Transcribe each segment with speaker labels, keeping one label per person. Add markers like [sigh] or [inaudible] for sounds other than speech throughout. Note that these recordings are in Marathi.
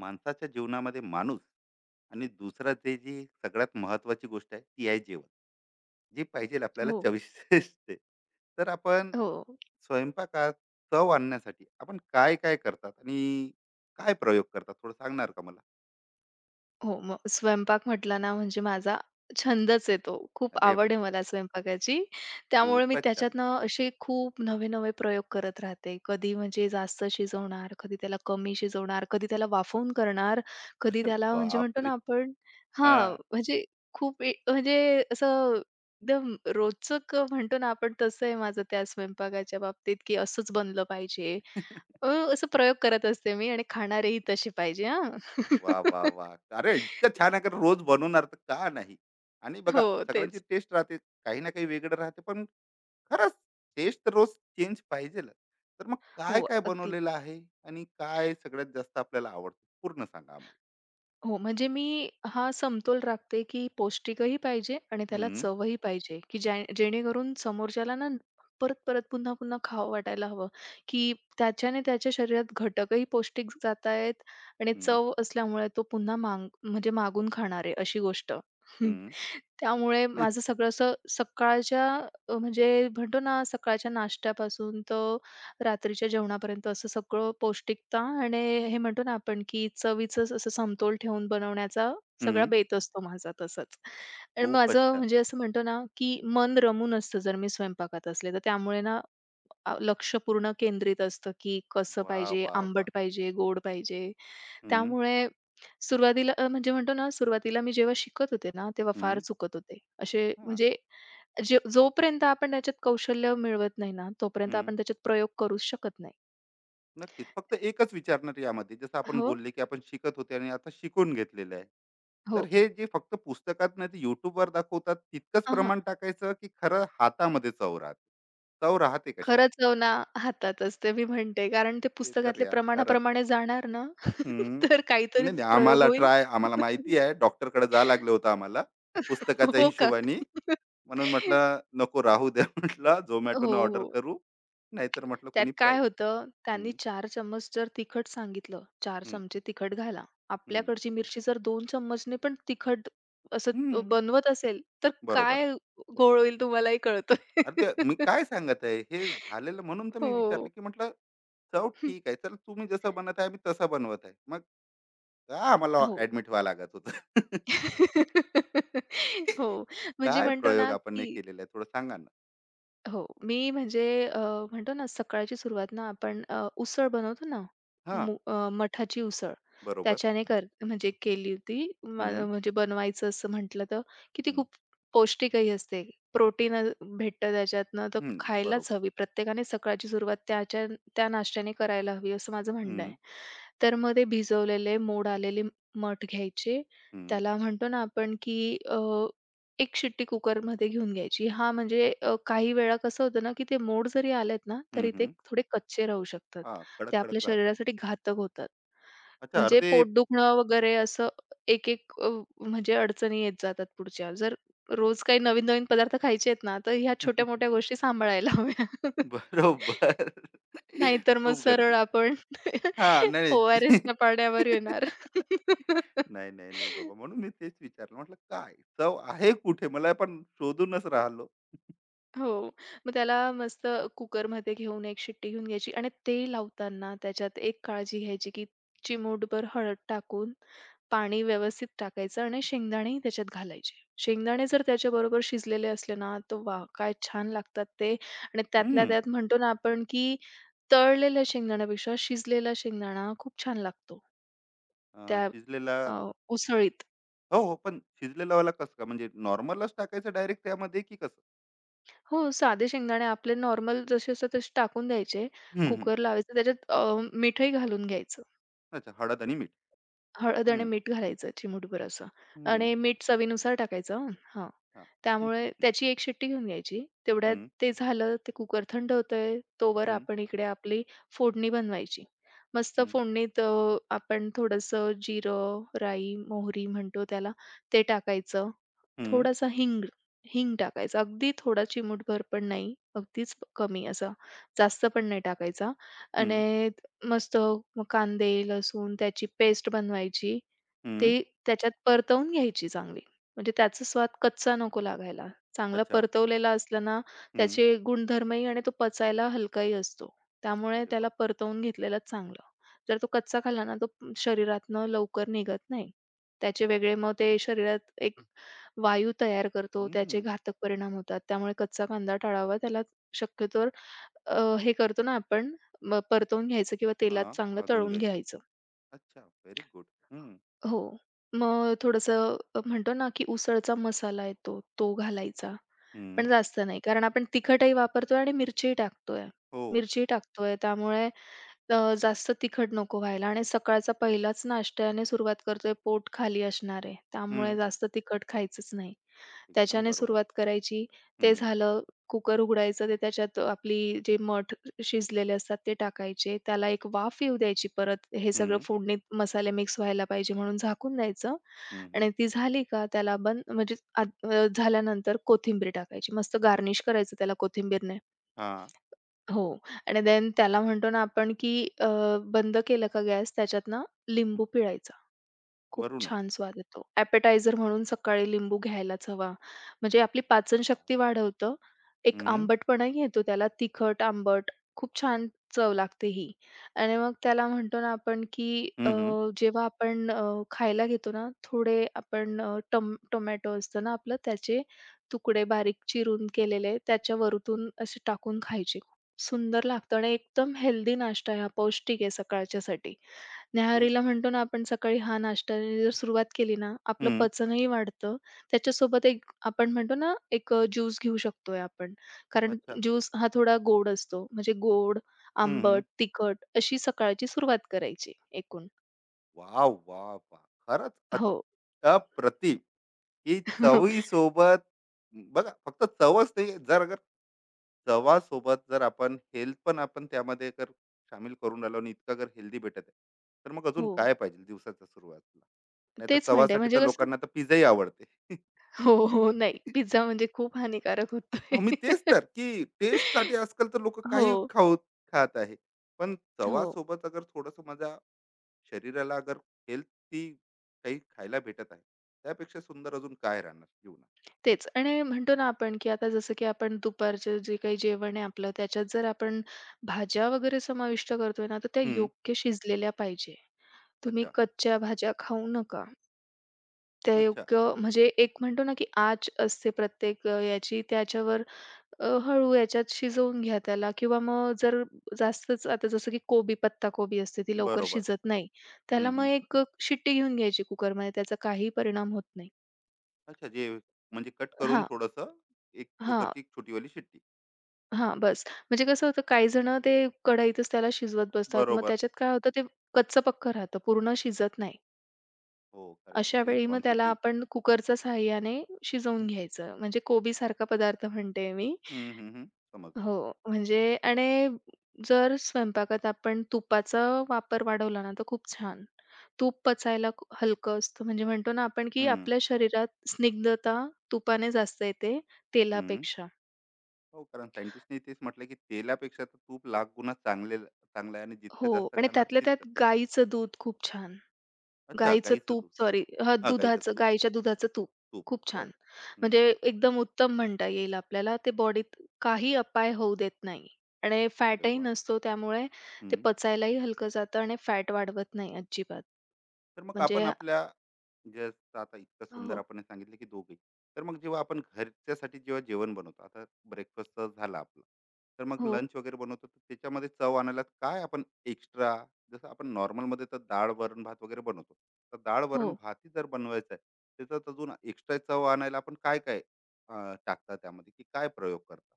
Speaker 1: माणसाच्या जीवनामध्ये माणूस आणि दुसरा ते जी सगळ्यात महत्वाची गोष्ट आहे ती आहे जेवण जी पाहिजे आपल्याला
Speaker 2: हो,
Speaker 1: चविष्ट असते. तर आपण
Speaker 2: हो.
Speaker 1: स्वयंपाकात चव आणण्यासाठी आपण काय काय करतात आणि काय प्रयोग करतात थोडं सांगणार का मला.
Speaker 2: हो, मग स्वयंपाक म्हटला ना, म्हणजे माझा छंदच आहे तो. खूप
Speaker 1: अरे
Speaker 2: आवड आहे मला स्वयंपाकाची. त्यामुळे मी
Speaker 1: खूपच छान.
Speaker 2: त्याच्यातनं असे खूप नवे-नवे प्रयोग करत राहते. कधी म्हणजे जास्त शिजवणार, कधी त्याला कमी शिजवणार, कधी त्याला वाफवून करणार, कधी
Speaker 1: अरे
Speaker 2: त्याला म्हणजे म्हणतो
Speaker 1: बापरे.
Speaker 2: ना आपण
Speaker 1: हा.
Speaker 2: हां, म्हणजे खूप ए म्हणजे असं एकदम रोचक म्हणतो ना आपण, तसं आहे माझं त्या स्वयंपाकाच्या बाबतीत, की असंच बनलं पाहिजे. अ, असं प्रयोग करत असते मी आणि खाणारेही तसे पाहिजे हां.
Speaker 1: वा वा वा.
Speaker 2: [laughs]
Speaker 1: अरे इतकं छान आहे का रोज बनवणार तर का नाही. आणि बघा
Speaker 2: हो,
Speaker 1: सगळ्यांची
Speaker 2: तेच.
Speaker 1: टेस्ट राहते, काही ना काही वेगळं राहते पण खरंच टेस्ट रोज चेंज पाहिजेलच. तर मग काय
Speaker 2: हो,
Speaker 1: काय
Speaker 2: अगदी.
Speaker 1: बनवलेलं आहे आणि काय सगळ्यात जास्त आपल्याला आवडतं पूर्ण सांगा आम्हाला.
Speaker 2: हो, म्हणजे मी हा समतोल राखते, की पौष्टिकही पाहिजे आणि त्याला
Speaker 1: हं.
Speaker 2: चवही पाहिजे, की ज्या जेणेकरून समोरच्याला ना परत-परत, पुन्हा-पुन्हा खावं वाटायला हवं, की त्याच्याने त्याच्या शरीरात घटकही पौष्टिक जात आहेत आणि
Speaker 1: हं.
Speaker 2: चव असल्यामुळे तो पुन्हा मांग म्हणजे मागून खाणार आहे अशी गोष्ट. हम्म.
Speaker 1: हं.
Speaker 2: त्यामुळे माझं
Speaker 1: [laughs]
Speaker 2: सगळं असं सकाळच्या अ, म्हणजे म्हणतो ना सकाळच्या नाश्त्यापासून तर रात्रीच्या जेवणापर्यंत असं सगळं पौष्टिकता आणि हे म्हणतो ना आपण की चवीचंच असं समतोल ठेवून बनवण्याचा सगळा
Speaker 1: हं.
Speaker 2: बेत असतो माझा तसंच. आणि
Speaker 1: खूपच
Speaker 2: माझं
Speaker 1: छान.
Speaker 2: म्हणजे असं म्हणतो ना की मन रमून असतं जर मी स्वयंपाकात असले तर त्यामुळे ना लक्ष पूर्ण केंद्रित असतं की कसं
Speaker 1: वाह!
Speaker 2: पाहिजे,
Speaker 1: वाह! वाह!
Speaker 2: आंबट पाहिजे, गोड पाहिजे.
Speaker 1: हं,
Speaker 2: त्यामुळे सुरुवातीला अ, म्हणजे म्हणतो ना सुरुवातीला मी जेव्हा शिकत होते ना, तेव्हा फार
Speaker 1: हं.
Speaker 2: चुकत होते. असे
Speaker 1: हां,
Speaker 2: म्हणजे जे जोपर्यंत आपण त्याच्यात कौशल्य मिळवत नाही ना, तोपर्यंत
Speaker 1: हं.
Speaker 2: आपण त्याच्यात प्रयोग करूच शकत नाही.
Speaker 1: नक्कीच. फक्त एकच विचारणार यामध्ये जसं आपण
Speaker 2: हो,
Speaker 1: बोलले, की आपण शिकत होते आणि आता शिकून घेतलेलं आहे.
Speaker 2: हो.
Speaker 1: तर हे जे फक्त पुस्तकात नाही तर YouTubeवर दाखवतात तितकंच
Speaker 2: हां, हां.
Speaker 1: प्रमाण टाकायचं, की खरं हातामध्ये चव राहते? चव राहते कशात?
Speaker 2: खरं ना हातात असते मी म्हणते. कारण ते
Speaker 1: ते तर
Speaker 2: पुस्तकातले
Speaker 1: यार खरंच.
Speaker 2: प्रमाणाप्रमाणे जाणार ना,
Speaker 1: हं.
Speaker 2: [laughs] तर
Speaker 1: नाही,
Speaker 2: काहीतरीच
Speaker 1: नाही.
Speaker 2: प्रयोग
Speaker 1: आम्हाला
Speaker 2: होईल.
Speaker 1: ट्राय आम्हाला माहिती
Speaker 2: [laughs]
Speaker 1: आहे डॉक्टरकडे जावं लागलं होतं आम्हाला, पुस्तकाच्या
Speaker 2: हो का?
Speaker 1: हिशोबाने. म्हणून
Speaker 2: [laughs]
Speaker 1: म्हटलं नको राहू द्या, [laughs] म्हटलं
Speaker 2: हो,
Speaker 1: Zomatoने ऑर्डर
Speaker 2: हो.
Speaker 1: करू. नाहीतर म्हटलं
Speaker 2: त्यात
Speaker 1: कोणी
Speaker 2: काय
Speaker 1: पाही.
Speaker 2: होतं, त्यांनी
Speaker 1: हं.
Speaker 2: 4 चम्मच जर तिखट सांगितलं, 4
Speaker 1: हं.
Speaker 2: चमचे तिखट घाला.
Speaker 1: हं.
Speaker 2: आपल्याकडची मिरची जर 2 चम्मचने पण तिखट असं तो
Speaker 1: हं.
Speaker 2: बनवत असेल, तर
Speaker 1: बरोबर आहे.
Speaker 2: काय घोळ होईल तुम्हालाही कळतंय.
Speaker 1: अरे, ते मी
Speaker 2: [laughs]
Speaker 1: काय सांगत आहे, हे झालेलं म्हणून तर मी विचारलं,
Speaker 2: हो.
Speaker 1: की म्हटलं चव ठीक
Speaker 2: [laughs]
Speaker 1: आहे. चल तुम्ही जसं बनत आहे, मी तसं बनवत आहे. मग का आम्हाला
Speaker 2: हो.
Speaker 1: ॲडमिट व्हावं लागत होतं? [laughs]
Speaker 2: [laughs] हो. म्हणजे
Speaker 1: काय
Speaker 2: म्हणतो
Speaker 1: प्रयोग
Speaker 2: ना,
Speaker 1: आपण नाही
Speaker 2: की
Speaker 1: केलेला आहे, थोडं सांगा ना?
Speaker 2: हो. मी म्हणजे अ, म्हणतो ना सकाळची सुरुवात ना आपण उसळ बनवतो ना,
Speaker 1: हां,
Speaker 2: मठाची उसळ
Speaker 1: बरोबर.
Speaker 2: त्याच्याने कर म्हणजे केली होती. मला
Speaker 1: हं,
Speaker 2: म्हणजे बनवायचं असं म्हटलं तर की ती खूप पौष्टिकही असते. प्रोटीन भेटतं त्याच्यातनं तर
Speaker 1: हं,
Speaker 2: खायलाच
Speaker 1: बरोबर.
Speaker 2: हवी. प्रत्येकाने सकाळची सुरुवात त्याच्या त्या नाश्त्याने करायला हवी असं माझं म्हणणं आहे.
Speaker 1: हं.
Speaker 2: तर मग ते भिजवलेले मोड आलेले मठ घ्यायचे.
Speaker 1: हं.
Speaker 2: त्याला म्हणतो ना आपण की एक शिट्टी कुकरमध्ये घेऊन घ्यायची. हां, म्हणजे काही वेळा कसं होतं ना, की ते मोड जरी आलेत ना,
Speaker 1: हं.
Speaker 2: तरी ते
Speaker 1: हं.
Speaker 2: थोडे कच्चे राहू शकतात.
Speaker 1: हां,
Speaker 2: ते आपल्या
Speaker 1: कडक-कडक राहतात.
Speaker 2: शरीरासाठी घातक होतात.
Speaker 1: अच्छा
Speaker 2: म्हणजे
Speaker 1: अर्धे.
Speaker 2: पोट दुखणं वगैरे असं एक-एक अ, म्हणजे अडचणी येत जातात पुढच्या. जर रोज काही नवीन-नवीन पदार्थ खायचे आहेत ना, तर ह्या छोट्या-मोठ्या
Speaker 1: [laughs]
Speaker 2: गोष्टी सांभाळायला हव्या. [laughs]
Speaker 1: बरोबर.
Speaker 2: नाहीतर मग
Speaker 1: खूप गरजे.
Speaker 2: सरळ आपण [laughs]
Speaker 1: हां, नाही.
Speaker 2: ओआरएसच्या पाण्यावर येणार. [laughs]
Speaker 1: नाही, नाही, नाही नाही बाबा. म्हणून मी तेच विचारलं. म्हटलं काय चव आहे कुठे? मला पण शोधूनच राहिलो.
Speaker 2: हो. मग त्याला मस्त कुकरमध्ये घेऊन एक शिट्टी घेऊन घ्यायची आणि ते लावताना त्याच्यात एक काळजी घ्यायची, की चिमूटभर हळद टाकून पाणी व्यवस्थित टाकायचं आणि शेंगदाणेही त्याच्यात घालायचे. शेंगदाणे जर त्याच्याबरोबर शिजलेले असले ना, तर वा, काय छान लागतात ते आणि त्यातल्या
Speaker 1: हं.
Speaker 2: त्यात म्हणतो ना आपण, की तळलेल्या शेंगदाण्यापेक्षा शिजलेला शेंगदाणा खूप छान लागतो.
Speaker 1: अ,
Speaker 2: त्या
Speaker 1: शिजलेला.
Speaker 2: अ, उसळीत.
Speaker 1: हो, हो. पण शिजलेलावाला कसं काय? म्हणजे नॉर्मलच टाकायचं डायरेक्ट त्यामध्ये की कसं?
Speaker 2: हो, साधे शेंगदाणे आपले नॉर्मल जसे असतात तसे टाकून द्यायचे.
Speaker 1: हं, हं.
Speaker 2: कुकर लावायचं त्याच्यात मीठही घालून घ्यायचं.
Speaker 1: अच्छा हळद आणि मीठ.
Speaker 2: हळद आणि
Speaker 1: हं.
Speaker 2: मीठ घालायचं चिमूटभर असं
Speaker 1: हं.
Speaker 2: आणि मीठ चवीनुसार टाकायचं हं. हां.
Speaker 1: हां.
Speaker 2: त्यामुळे त्याची एक शिट्टी घेऊन घ्यायची. तेवढ्यात
Speaker 1: हं.
Speaker 2: ते झालं, ते कुकर थंड होतंय, तोवर
Speaker 1: हं.
Speaker 2: आपण इकडे आपली फोडणी बनवायची. मस्त
Speaker 1: हं.
Speaker 2: फोडणीत आपण थोडंसं जिरं, राई, मोहरी म्हणतो त्याला, ते टाकायचं.
Speaker 1: हं.
Speaker 2: थोडासा हिंग हिंग टाकायचा. अगदी थोडा चिमूटभर पण नाही, अगदीच कमी असा. जास्त पण नाही टाकायचा
Speaker 1: हं.
Speaker 2: आणि मस्त मग कांदे, लसूण त्याची पेस्ट बनवायची.
Speaker 1: हं.
Speaker 2: ती
Speaker 1: [laughs]
Speaker 2: त्याच्यात परतवून घ्यायची चांगली. म्हणजे त्याचा स्वाद कच्चा नको लागायला. चांगला
Speaker 1: अच्छा.
Speaker 2: परतवलेला असला ना,
Speaker 1: हं.
Speaker 2: त्याचे गुणधर्मही आणि तो पचायला हलकाही असतो. त्यामुळे
Speaker 1: अरे
Speaker 2: त्याला
Speaker 1: वाह!
Speaker 2: परतवून घेतलेलाच चांगलं. जर तो कच्चा खाल्ला ना, तो शरीरातनं लवकर निघत नाही. त्याचे वेगळे मग ते शरीरात एक वायू तयार करतो. त्याचे
Speaker 1: हं.
Speaker 2: घातक परिणाम होतात. त्यामुळे कच्चा कांदा टाळावा. त्याला शक्यतोवर अ, हे करतो ना आपण मग परतवून घ्यायचं किंवा तेलात
Speaker 1: हां,
Speaker 2: चांगलं
Speaker 1: भाजून
Speaker 2: तळून
Speaker 1: घ्यायचं.
Speaker 2: घ्यायचं.
Speaker 1: अच्छा, व्हेरी गुड. हं,
Speaker 2: हो. मग थोडंसं म्हणतो ना, की उसळचा मसाला येतो, तो घालायचा.
Speaker 1: हं.
Speaker 2: पण जास्त नाही, कारण आपण तिखटही वापरतोय आणि मिरचीही टाकतोय.
Speaker 1: हो.
Speaker 2: मिरचीही टाकतोय, त्यामुळे जास्त तिखट नको व्हायला आणि सकाळचा पहिलाच नाश्त्याने सुरुवात करतोय, पोट खाली असणार आहे. त्यामुळे
Speaker 1: हं.
Speaker 2: जास्त तिखट खायचंच नाही.
Speaker 1: एकदम
Speaker 2: त्याच्याने
Speaker 1: बरोबर.
Speaker 2: सुरुवात करायची. ते
Speaker 1: हं.
Speaker 2: झालं, कुकर उघडायचं, ते त्याच्यात आपली जे मठ शिजलेले असतात ते टाकायचे. त्याला एक वाफ येऊ द्यायची परत. हे सगळं
Speaker 1: हं.
Speaker 2: फोडणीत मसाले मिक्स व्हायला पाहिजे म्हणून झाकून द्यायचं
Speaker 1: हं. हं.
Speaker 2: आणि ती झाली का त्याला बंद म्हणजे आत झाल्यानंतर कोथिंबीर टाकायची. मस्त गार्निश करायचं त्याला कोथिंबीरने.
Speaker 1: हां.
Speaker 2: हो आणि देन त्याला म्हणतो ना आपण की अ, बंद केलं का गॅस त्याच्यात ना
Speaker 1: हं.
Speaker 2: लिंबू पिळायचं. खूप
Speaker 1: वरूनच.
Speaker 2: छान स्वाद येतो. ॲपेटायझर म्हणून सकाळी लिंबू घ्यायलाच हवा. म्हणजे आपली पाचनशक्ती वाढवतं. एक
Speaker 1: हं.
Speaker 2: आंबटपणाही येतो त्याला तिखट, आंबट खूप छान चव लागते ही. आणि मग त्याला म्हणतो ना आपण, की
Speaker 1: हं. हं.
Speaker 2: जेव्हा आपण खायला घेतो ना, थोडे आपण अ, टम टोमॅटो असतं ना आपलं, त्याचे तुकडे बारीक चिरून केलेले त्याच्या वरतून असे टाकून खायचे. खूप सुंदर लागतं आणि एकदम हेल्दी नाश्ता आहे हा, पौष्टिक आहे सकाळच्यासाठी.
Speaker 1: ते.
Speaker 2: न्याहारीला म्हणतो ना आपण सकाळी हा नाश्त्याने जर सुरुवात केली ना, आपलं
Speaker 1: हं.
Speaker 2: पचनही वाढतं. त्याच्यासोबत एक आपण म्हणतो ना, एक ज्यूस घेऊ शकतोय आपण. कारण
Speaker 1: अच्छा.
Speaker 2: ज्यूस हा थोडा गोड असतो. म्हणजे गोड, आंबट,
Speaker 1: हं.
Speaker 2: तिखट अशी सकाळची सुरुवात करायची एकूण.
Speaker 1: वाह! वाह! वाह! खरंच
Speaker 2: हो.
Speaker 1: अप्रतिम! की
Speaker 2: [laughs]
Speaker 1: चवीसोबत बघा फक्त चवच नाही जर अगर चवासोबत जर आपण हेल्थ पण आपण त्यामध्ये जर शामील करून राहिलो आणि इतकं जर हेल्दी भेटत आहे, तर मग अजून
Speaker 2: हो.
Speaker 1: काय पाहिजे दिवसाच्या सुरुवातीला. नाहीतर
Speaker 2: तेच म्हणते
Speaker 1: चवासाठी
Speaker 2: म्हणजे
Speaker 1: तर
Speaker 2: कसं
Speaker 1: लोकांना तर पिझ्झाही आवडते.
Speaker 2: हो, हो. नाही.
Speaker 1: [laughs]
Speaker 2: पिझ्झा म्हणजे खूप हानिकारक होतोय.
Speaker 1: आम्ही तेच तर, की टेस्टसाठी
Speaker 2: [laughs]
Speaker 1: आजकाल तर लोकं काही
Speaker 2: हो,
Speaker 1: खाऊ खात आहे. पण
Speaker 2: हो.
Speaker 1: चवासोबत अगर थोडंसं माझा शरीराला अगर हेल्थी काही खायला भेटत आहे त्यापेक्षा सुंदर अजून काय राहणार जीवनात.
Speaker 2: तेच आणि म्हणतो ना आपण, की आता जसं की आपण दुपारचं जे काही जेवण आहे आपलं, त्याच्यात जर आपण भाज्या वगैरे समाविष्ट करतोय ना, तर त्या
Speaker 1: हम्म.
Speaker 2: योग्य शिजलेल्या पाहिजे. तुम्ही
Speaker 1: अच्छा.
Speaker 2: कच्च्या भाज्या खाऊ नका. त्या
Speaker 1: अच्छा.
Speaker 2: योग्य म्हणजे एक म्हणतो ना, की आच असते प्रत्येक याची त्याच्यावर हळू याच्यात शिजवून घ्या त्याला किंवा मग जर जास्तच आता जसं की कोबी, पत्ताकोबी असते ती लवकर
Speaker 1: बरोबर.
Speaker 2: शिजत नाही.
Speaker 1: हम्म
Speaker 2: त्याला मग
Speaker 1: हम्म.
Speaker 2: एक शिट्टी घेऊन घ्यायची कुकरमध्ये त्याचा काही परिणाम होत नाही.
Speaker 1: अच्छा जे म्हणजे कट करून
Speaker 2: हां,
Speaker 1: थोडस एक
Speaker 2: हां.
Speaker 1: कुकरची एक छोटीवाली शिट्टी.
Speaker 2: हां, बस. म्हणजे कसं होतं काही जण ते कढईतच त्याला शिजवत बसतात. मग
Speaker 1: बरोबर.
Speaker 2: त्याच्यात काय होतं ते कच्चं-पक्कं राहतं, पूर्ण शिजत नाही.
Speaker 1: हो कारण
Speaker 2: अशा
Speaker 1: तिथे
Speaker 2: वेळी मग त्याला
Speaker 1: क्वांटिटी.
Speaker 2: आपण कुकरच्या सहाय्याने शिजवून घ्यायचं. म्हणजे कोबीसारखा पदार्थ म्हणते मी. हो,
Speaker 1: समजलं.
Speaker 2: म्हणजे आणि जर स्वयंपाकात आपण तुपाचा वापर वाढवला ना, तर खूप छान. तूप पचायला हलकं असतं. म्हणजे म्हणतो ना आपण, की
Speaker 1: हम्म
Speaker 2: आपल्या शरीरात स्निग्धता तुपाने जास्त येते
Speaker 1: हम्म.
Speaker 2: तेलापेक्षा.
Speaker 1: हो कारण सायंटिस्टने तेच म्हटलं की तेलापेक्षा तर तूप लाख गुणा चांगलं आहे आणि
Speaker 2: हो
Speaker 1: जितकं जास्त
Speaker 2: आणि
Speaker 1: खाणार
Speaker 2: त्यातल्या
Speaker 1: तितकं.
Speaker 2: त्यात गाईचं दूध खूप छान.
Speaker 1: अच्छा
Speaker 2: गाईचं
Speaker 1: गाईचं
Speaker 2: तूप
Speaker 1: दूध.
Speaker 2: सॉरी हां,
Speaker 1: हा गाईचं तूप.
Speaker 2: गाईच्या दुधाचं तूप.
Speaker 1: तूप.
Speaker 2: खूप
Speaker 1: बर.
Speaker 2: छान.
Speaker 1: हम्म.
Speaker 2: म्हणजे एकदम उत्तम म्हणता येईल आपल्याला. ते बॉडीत काही अपाय होऊ देत नाही आणि
Speaker 1: अरे
Speaker 2: फॅटही
Speaker 1: वा.
Speaker 2: नसतो त्यामुळे ते पचायलाही हलकं जातं आणि फॅट वाढवत नाही अजिबात.
Speaker 1: तर मग आपण
Speaker 2: म्हणजे
Speaker 1: आपल्या जसं आता इतकं सुंदर
Speaker 2: हो,
Speaker 1: आपण सांगितलं की दोघे, तर मग जेव्हा आपण घरच्यासाठी जेव्हा जेवण बनवतो आता, ब्रेकफास्ट झाला आपला, तर मग
Speaker 2: हो,
Speaker 1: लंच वगैरे बनवतो तर त्याच्यामध्ये चव आणायला काय आपण एक्स्ट्रा, जसं आपण नॉर्मलमध्ये तर डाळ वरण भात वगैरे बनवतो, तर डाळ
Speaker 2: हो.
Speaker 1: वरण भातही जर बनवायचा आहे त्याच्यात अजून एक्स्ट्रा चव आणायला आपण काय काय अं, टाकता त्यामध्ये की काय प्रयोग करता.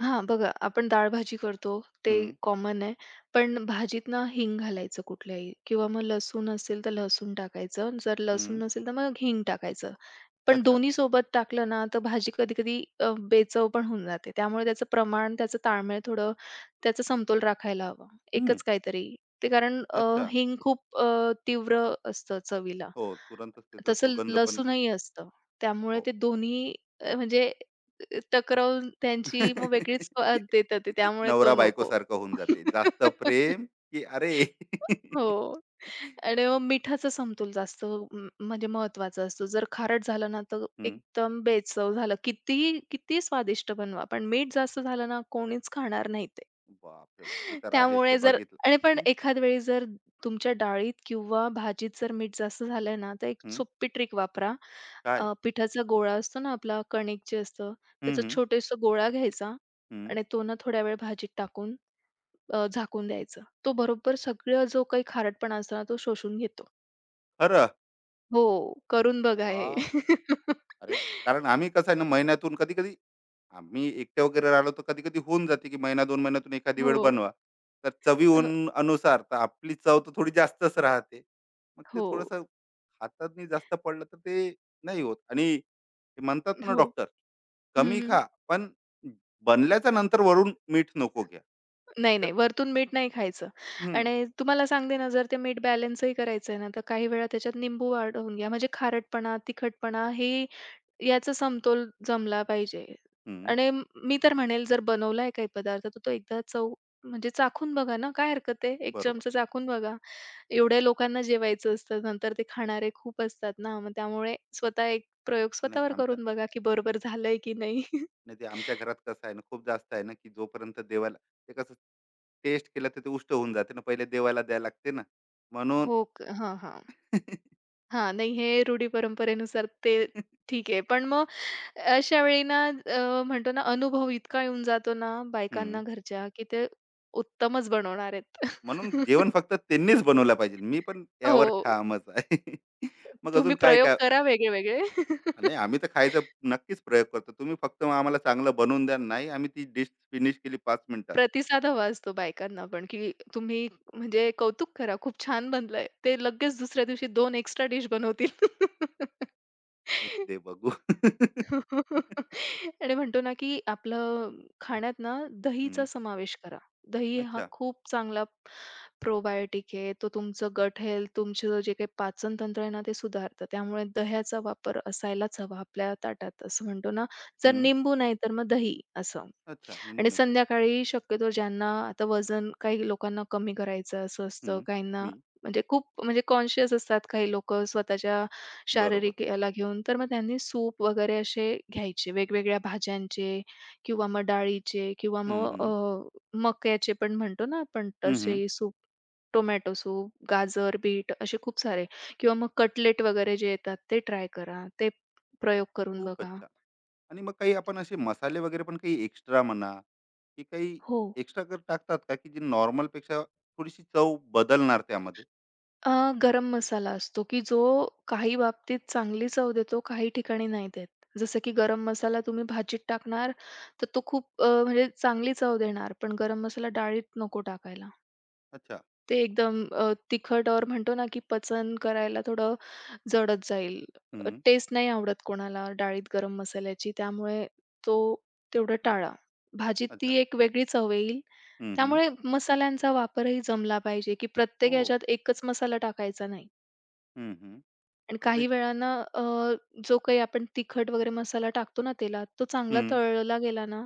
Speaker 2: हां, बघा आपण डाळ-भाजी करतो ते
Speaker 1: हम्म.
Speaker 2: कॉमन आहे. पण भाजीत ना हिंग घालायचं कुठल्याही किंवा मग लसूण असेल तर लसूण टाकायचं. जर लसूण
Speaker 1: हम्म.
Speaker 2: नसेल तर मग हिंग टाकायचं. पण
Speaker 1: अच्छा.
Speaker 2: दोन्ही सोबत टाकलं ना, तर भाजी कधी-कधी बेचव पण होऊन जाते. त्यामुळे त्याचं प्रमाण, त्याचं ताळमेळ थोडं त्याचा समतोल राखायला हवा.
Speaker 1: हम्म.
Speaker 2: एकच काहीतरी. ते कारण अ,
Speaker 1: अच्छा.
Speaker 2: हिंग खूप तीव्र असतं चवीला.
Speaker 1: हो तुरंतच त्याचा
Speaker 2: तसं
Speaker 1: सुगंध पण.
Speaker 2: लसूणही असतं. त्यामुळे
Speaker 1: हो.
Speaker 2: ते दोन्ही अ, म्हणजे टकरावून त्यांची मग वेगळीच
Speaker 1: [laughs]
Speaker 2: स्वाद देतं ते. त्यामुळे तो
Speaker 1: नवरा
Speaker 2: नको.
Speaker 1: बायकोसारखं होऊन जाते. जास्त प्रेम,
Speaker 2: [laughs]
Speaker 1: की अरे. [laughs]
Speaker 2: हो. आणि मग मिठाचा समतोल जास्त म म्हणजे महत्त्वाचा असतो. जर खारट झालं ना, तर
Speaker 1: हं.
Speaker 2: एकदम बेचव झालं. किती स्वादिष्ट बनवा, पण मीठ जास्त झालं ना, कोणीच खाणार नाही ते.
Speaker 1: बापरे बाप! ते तर आहेच ते
Speaker 2: त्यामुळे जर
Speaker 1: बघितलं.
Speaker 2: आणि पण
Speaker 1: हं,
Speaker 2: एखाद वेळी जर तुमच्या डाळीत किंवा भाजीत जर मीठ जास्त झालंय ना, तर एक
Speaker 1: हं.
Speaker 2: सोपी ट्रिक वापरा.
Speaker 1: काय?
Speaker 2: पिठाचा गोळा असतो ना आपला, कणिक जे असतं,
Speaker 1: हं,
Speaker 2: त्याचा
Speaker 1: हं.
Speaker 2: छोटासा गोळा घ्यायचा
Speaker 1: हं.
Speaker 2: आणि तो ना थोड्या वेळ भाजीत टाकून झाकून द्यायचा. तो बरोबर सगळं जो काही खारटपणा असतो ना, तो शोषून घेतो.
Speaker 1: खरं?
Speaker 2: हो, करून बघा हे.
Speaker 1: वाह!
Speaker 2: [laughs]
Speaker 1: अरे, कारण आम्ही कसं आहे ना महिन्यातून कधी कधी आम्ही एकटे वगैरे राहिलो तर कधी कधी होऊन जाते की महिना दोन महिन्यातून एखादी वेळ
Speaker 2: हो.
Speaker 1: बनवा, तर चवी
Speaker 2: अ,
Speaker 1: उन- अनुसार तर आपली चव तर थोडी जास्तच राहते, मग ते
Speaker 2: हो,
Speaker 1: थोडस हातातनी जास्त पडलं तर ते नाही होत, आणि ते म्हणतात ना
Speaker 2: हो.
Speaker 1: डॉक्टर कमी
Speaker 2: हं,
Speaker 1: खा, पण बनल्याच्या नंतर वरून मीठ नको घ्या
Speaker 2: नाही,
Speaker 1: तर.
Speaker 2: नाही. वरतून मीठ नाही खायचं.
Speaker 1: हम्म.
Speaker 2: आणि तुम्हाला सांगते ना, जर ते मीठ बॅलन्सही करायचं आहे ना, तर काही वेळा त्याच्यात निंबू वाढवून घ्या. म्हणजे खारटपणा, तिखटपणा हे याचा समतोल जमला पाहिजे.
Speaker 1: हम्म.
Speaker 2: आणि मी तर म्हणेल जर बनवला आहे काही पदार्थ, तर तो एकदा चव म्हणजे चाखून बघा ना, काय हरकत आहे? एक
Speaker 1: बरोबर.
Speaker 2: चमचा चाखून बघा. एवढ्या लोकांना जेवायचं असतं, नंतर ते खाणारे खूप असतात ना, मग त्यामुळे स्वतः एक प्रयोग
Speaker 1: नाही
Speaker 2: स्वतःवर
Speaker 1: आमच्या,
Speaker 2: करून बघा, की बरोबर झालंय की नाही? [laughs]
Speaker 1: नाही ते आमच्या घरात कसं आहे ना, खूप जास्त आहे ना की जोपर्यंत देवाला ते कसं टेस्ट केलं तर ते उष्ट होऊन जाते ना, पहिले देवाला द्यायला लागते ना म्हणून.
Speaker 2: हो, क हां, हां.
Speaker 1: [laughs]
Speaker 2: हां, नाही हे रूढी-परंपरेनुसार ते ठीक आहे. पण मग अशा वेळी ना म्हणतो ना अनुभव इतका येऊन जातो ना
Speaker 1: हम्म.
Speaker 2: बायकांना घरच्या, की ते उत्तमच बनवणार आहेत.
Speaker 1: म्हणून जेवण
Speaker 2: [laughs]
Speaker 1: फक्त त्यांनीच बनवलं पाहिजे, मी पण
Speaker 2: हो.
Speaker 1: यावर ठामच आहे. [laughs] मग
Speaker 2: तुम्ही
Speaker 1: अजून काय
Speaker 2: प्रयोग
Speaker 1: काय.
Speaker 2: करा वेगळे-वेगळे.
Speaker 1: नाही आम्ही तर खायचा
Speaker 2: [laughs]
Speaker 1: नक्कीच प्रयोग करतो, तुम्ही फक्त मग आम्हाला चांगलं बनवून द्या, नाही आम्ही ती डिश फिनिश केली 5 मिनिटात.
Speaker 2: प्रतिसाद हवा असतो बायकांना पण, की तुम्ही म्हणजे कौतुक करा, खूप छान बनलंय. ते लगेच दुसऱ्या दिवशी 2 एक्स्ट्रा डिश बनवतील.
Speaker 1: नेक्स्ट
Speaker 2: [laughs]
Speaker 1: डे बघू.
Speaker 2: [laughs]
Speaker 1: [laughs]
Speaker 2: आणि म्हणतो ना, की आपलं खाण्यात ना दहीचा
Speaker 1: हम्म,
Speaker 2: समावेश करा. दही हा
Speaker 1: अच्छा.
Speaker 2: खूप चांगला प्रोबायोटिक आहे. तो तुमचं गट हेल्थ, तुमचं जे काही पाचन तंत्र आहे ना, ते सुधारतं. त्यामुळे दह्याचा वापर असायलाच हवा आपल्या ताटात, असं म्हणतो ना. जर
Speaker 1: हम्म,
Speaker 2: निंबू नाही, तर मग दही असं.
Speaker 1: अच्छा निंबू
Speaker 2: आणि
Speaker 1: नाही तर.
Speaker 2: संध्याकाळी शक्यतो ज्यांना आता वजन काही लोकांना कमी करायचं असं असतं,
Speaker 1: हम्म,
Speaker 2: काहींना
Speaker 1: मी.
Speaker 2: म्हणजे खूप म्हणजे कॉन्शियस असतात काही लोकं स्वतःच्या
Speaker 1: बरोबर.
Speaker 2: शारीरिक याला घेऊन. तर मग त्यांनी सूप वगैरे असे घ्यायचे वेगवेगळ्या भाज्यांचे किंवा मग डाळीचे किंवा मग
Speaker 1: हम्म. हम्म.
Speaker 2: मक्याचे पण म्हणतो ना आपण
Speaker 1: हम्म.
Speaker 2: तसे सूप, टोमॅटो सूप, गाजर, बीट असे खूप सारे किंवा मग कटलेट वगैरे जे येतात ते ट्राय करा. ते प्रयोग करून
Speaker 1: खूपच
Speaker 2: बघा.
Speaker 1: छान. आणि मग काही आपण असे मसाले वगैरे पण काही एक्स्ट्रा म्हणा, की काही
Speaker 2: हो.
Speaker 1: एक्स्ट्रा कर टाकतात का, की जी नॉर्मलपेक्षा थोडीशी चव बदलणार त्यामध्ये?
Speaker 2: गरम मसाला असतो, की जो काही बाबतीत चांगली चव देतो, काही ठिकाणी नाही देत. जसं की गरम मसाला तुम्ही भाजीत टाकणार, तर तो खूप अ, म्हणजे चांगली चव देणार, पण गरम मसाला डाळीत नको टाकायला.
Speaker 1: अच्छा.
Speaker 2: ते एकदम तिखट और म्हणतो ना, की पचन करायला थोडं जडच जाईल.
Speaker 1: हं.
Speaker 2: टेस्ट नाही आवडत कोणाला डाळीत गरम मसाल्याची, त्यामुळे तो तेवढं
Speaker 1: हां.
Speaker 2: टाळा. भाजीत ती
Speaker 1: अच्छा.
Speaker 2: एक वेगळी चव येईल.
Speaker 1: हं, हं.
Speaker 2: त्यामुळे मसाल्यांचा वापरही जमला पाहिजे, की प्रत्येक
Speaker 1: हो.
Speaker 2: ह्याच्यात एकच मसाला टाकायचा नाही.
Speaker 1: हं, हं.
Speaker 2: आणि
Speaker 1: तर
Speaker 2: काही
Speaker 1: वेग.
Speaker 2: वेळानं जो काही आपण तिखट वगैरे मसाला टाकतो ना तेलात, तो चांगला
Speaker 1: हं,
Speaker 2: तळला गेला ना,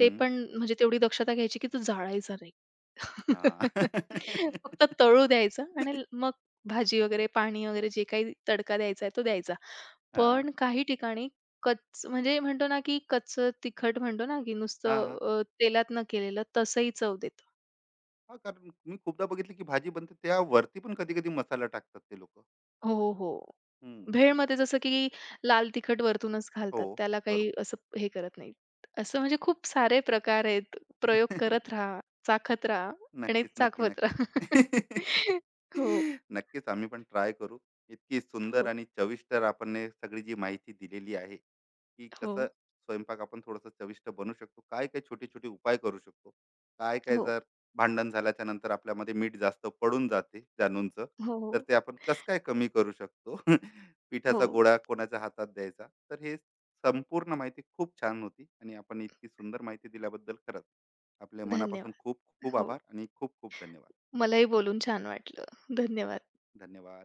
Speaker 2: ते पण म्हणजे तेवढी दक्षता घ्यायची की तो जाळायचा नाही. [laughs]
Speaker 1: हां.
Speaker 2: फक्त तळू द्यायचा आणि
Speaker 1: [laughs]
Speaker 2: मग भाजी वगैरे, पाणी वगैरे जे काही तडका द्यायचा आहे तो द्यायचा.
Speaker 1: हां.
Speaker 2: पण काही ठिकाणी कच्च म्हणजे म्हणतो ना की कच्चं तिखट म्हणतो ना की
Speaker 1: हां,
Speaker 2: नुसतं
Speaker 1: हां.
Speaker 2: तेलात न केलेलं तसंही चव देतं.
Speaker 1: हां, [laughs] कारण मी खूपदा बघितलं, की भाजी बनते त्यावरती पण कधी-कधी मसाला टाकतात ते लोकं.
Speaker 2: हो, हो. हो.
Speaker 1: हं.
Speaker 2: भेळमध्ये जसं की लाल तिखट वरतूनच
Speaker 1: हो.
Speaker 2: घालतात. त्याला काही
Speaker 1: बरोबर.
Speaker 2: असं हे करत नाहीत. असं म्हणजे खूप सारे प्रकार आहेत. प्रयोग करत
Speaker 1: [laughs]
Speaker 2: राहा, चाखत राहा आणि
Speaker 1: नक्कीच, नक्की,
Speaker 2: चाखवत
Speaker 1: नक्की.
Speaker 2: राहा. [laughs] हो,
Speaker 1: [laughs] नक्कीच आम्ही पण ट्राय करू. इतकी सुंदर
Speaker 2: हो,
Speaker 1: आणि चविष्ट आपण हे सगळी जी माहिती दिलेली आहे, की
Speaker 2: हो,
Speaker 1: कसं स्वयंपाक आपण थोडंसं चविष्ट बनवू शकतो. काय-काय छोटे-छोटे उपाय करू शकतो. काय-काय
Speaker 2: हो,
Speaker 1: जर भांडण झाल्याच्या नंतर आपल्यामध्ये मीठ जास्त पडून जाते जाणूनचं,
Speaker 2: हो,
Speaker 1: तर ते आपण कसं काय कमी करू शकतो. [laughs]
Speaker 2: हो,
Speaker 1: पिठाचा गोळा कोणाच्या हातात द्यायचा. तर हे संपूर्ण माहिती खूप छान होती आणि आपण इतकी सुंदर माहिती दिल्याबद्दल खरंच आपल्या मनापासून
Speaker 2: धन्यवाद.
Speaker 1: खूप खूप
Speaker 2: हो,
Speaker 1: आभार आणि खूप खूप धन्यवाद.
Speaker 2: मलाही बोलून छान वाटलं. धन्यवाद.
Speaker 1: धन्यवाद.